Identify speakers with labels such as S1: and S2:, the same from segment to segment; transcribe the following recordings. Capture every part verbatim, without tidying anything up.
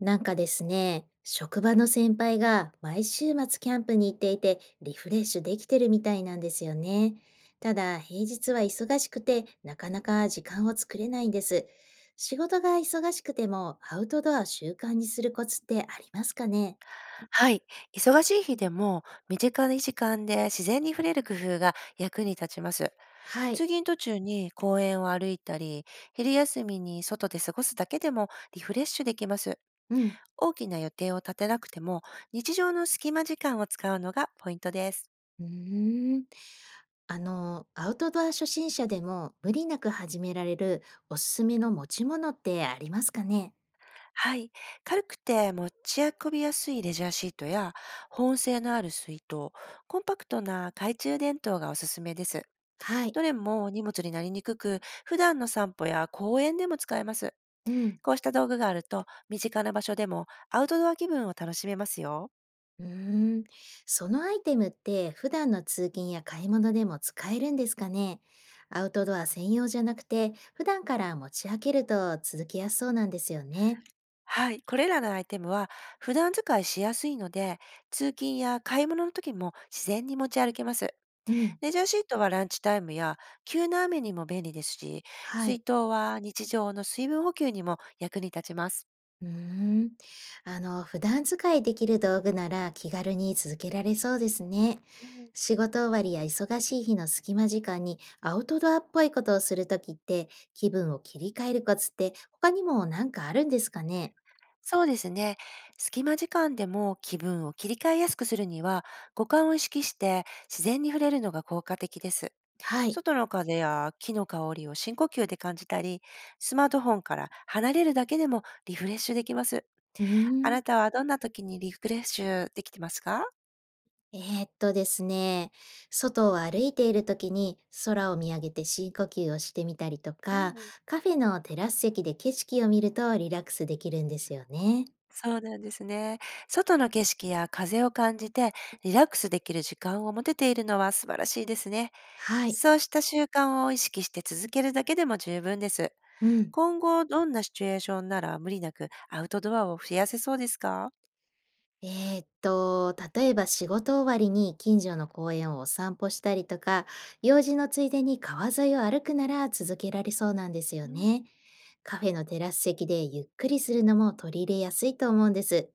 S1: なんかですね、職場の先輩が毎週末キャンプに行っていてリフレッシュできてるみたいなんですよね。ただ平日は忙しくてなかなか時間を作れないんです。仕事が忙しくてもアウトドアを習慣にするコツってありますかね？
S2: はい。忙しい日でも、短い時間で自然に触れる工夫が役に立ちます。
S1: はい。
S2: 通勤途中に公園を歩いたり、昼休みに外で過ごすだけでもリフレッシュできます。
S1: うん。
S2: 大きな予定を立てなくても、日常の隙間時間を使うのがポイントです。
S1: うーん。あの、アウトドア初心者でも無理なく始められるおすすめの持ち物ってありますかね？
S2: はい。軽くて持ち運びやすいレジャーシートや、保温性のある水筒、コンパクトな懐中電灯がおすすめです。
S1: はい。
S2: どれも荷物になりにくく、普段の散歩や公園でも使えます。
S1: うん。
S2: こうした道具があると、身近な場所でもアウトドア気分を楽しめますよ。
S1: うーん、そのアイテムって普段の通勤や買い物でも使えるんですかね？アウトドア専用じゃなくて、普段から持ち上げると続きやすそうなんですよね。
S2: はい、これらのアイテムは普段使いしやすいので、通勤や買い物の時も自然に持ち歩けます。
S1: うん。
S2: レジャーシートはランチタイムや急な雨にも便利ですし、
S1: は
S2: 水
S1: い。
S2: 筒は日常の水分補給にも役に立ちます。
S1: うーん。あの、普段使いできる道具なら気軽に続けられそうですね。
S2: うん。
S1: 仕事終わりや忙しい日の隙間時間にアウトドアっぽいことをするときって気分を切り替えるコツって他にも何かあるんですかね？
S2: そうですね。隙間時間でも気分を切り替えやすくするには、五感を意識して自然に触れるのが効果的です。
S1: はい。
S2: 外の風や木の香りを深呼吸で感じたり、スマートフォンから離れるだけでもリフレッシュできます。
S1: うー
S2: あ
S1: ん。
S2: なたはどんな時にリフレッシュできてますか？
S1: えーっとですね、外を歩いている時に空を見上げて深呼吸をしてみたりと
S2: う
S1: か、
S2: んうん。
S1: カフェのテラス席で景色を見るとリラックスできるんですよね。
S2: そうなんですね。外の景色や風を感じてリラックスできる時間を持てているのは素晴らしいですね。
S1: はい。
S2: そうした習慣を意識して続けるだけでも十分です。
S1: うん。
S2: 今後どんなシチュエーションなら無理なくアウトドアを増やせそうですか？
S1: えーっと、例えば仕事終わりに近所の公園をお散歩したりとか、用事のついでに川沿いを歩くなら続けられそうなんですよ
S2: うん、
S1: ね。カフェのテラス席でゆっくりするのも取り入れやすいと思うんです。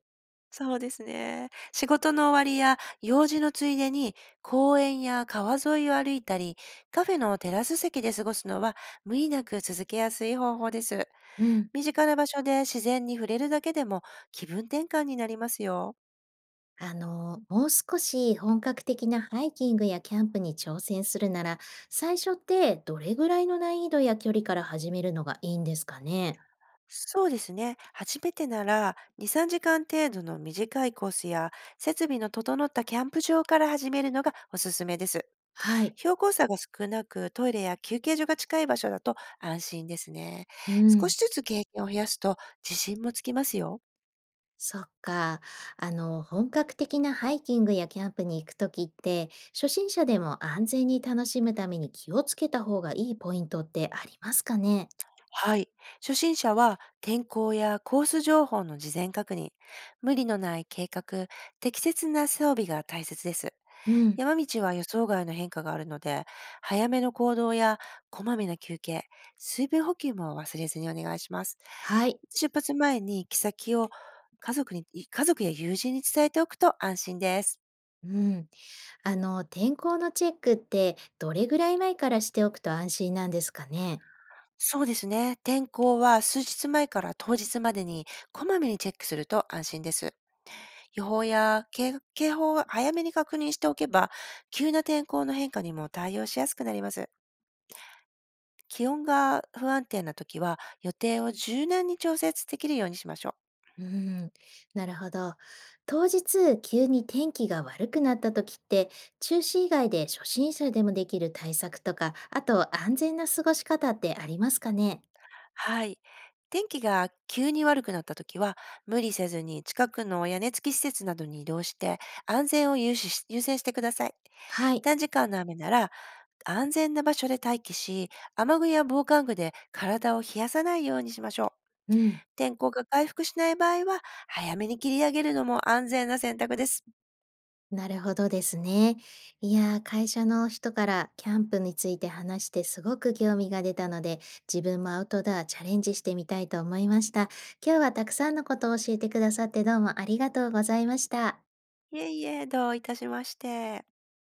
S2: そうですね。仕事の終わりや用事のついでに、公園や川沿いを歩いたり、カフェのテラス席で過ごすのは無理なく続けやすい方法です。
S1: うん。
S2: 身近な場所で自然に触れるだけでも気分転換になりますよ。
S1: あの、もう少し本格的なハイキングやキャンプに挑戦するなら、最初ってどれぐらいの難易度や距離から始めるのがいいんですかね？
S2: そうですね。初めてなら、に、さんじかん程度の短いコースや、設備の整ったキャンプ場から始めるのがおすすめです。
S1: はい。
S2: 標高差が少なく、トイレや休憩所が近い場所だと安心ですね。
S1: う
S2: 少
S1: ん。
S2: しずつ経験を増やすと自信もつきますよ。
S1: そっか。あの、本格的なハイキングやキャンプに行くときって、初心者でも安全に楽しむために気をつけた方がいいポイントってありますかね？
S2: はい。初心者は天候やコース情報の事前確認、無理のない計画、適切な装備が大切です。
S1: うん。
S2: 山道は予想外の変化があるので、早めの行動やこまめな休憩、水分補給も忘れずにお願いします。
S1: はい。
S2: 出発前に行き先を家族に、家族や友人に伝えておくと安心です。
S1: うん。あの、天候のチェックってどれぐらい前からしておくと安心なんですかね？
S2: そうですね。天候は数日前から当日までにこまめにチェックすると安心です。予報や警警報を早めに確認しておけば、急な天候の変化にも対応しやすくなります。気温が不安定な時は、予定を柔軟に調節できるようにしましょう。
S1: うーん、なるほど。当日、急に天気が悪くなった時って、中止以外で初心者でもできる対策とか、あと安全な過ごし方ってありますかね？
S2: はい。天気が急に悪くなった時は、無理せずに近くの屋根付き施設などに移動して、安全を優先し優先してください。
S1: はい。
S2: 短時間の雨なら、安全な場所で待機し、雨具や防寒具で体を冷やさないようにしましょう。
S1: うん。
S2: 天候が回復しない場合は、早めに切り上げるのも安全な選択です。
S1: なるほどですね。いやー、会社の人からキャンプについて話してすごく興味が出たので、自分もアウトドアチャレンジしてみたいと思いました。今日はたくさんのことを教えてくださってどうもありがとうございました。
S2: いえいえ、どういたしまして。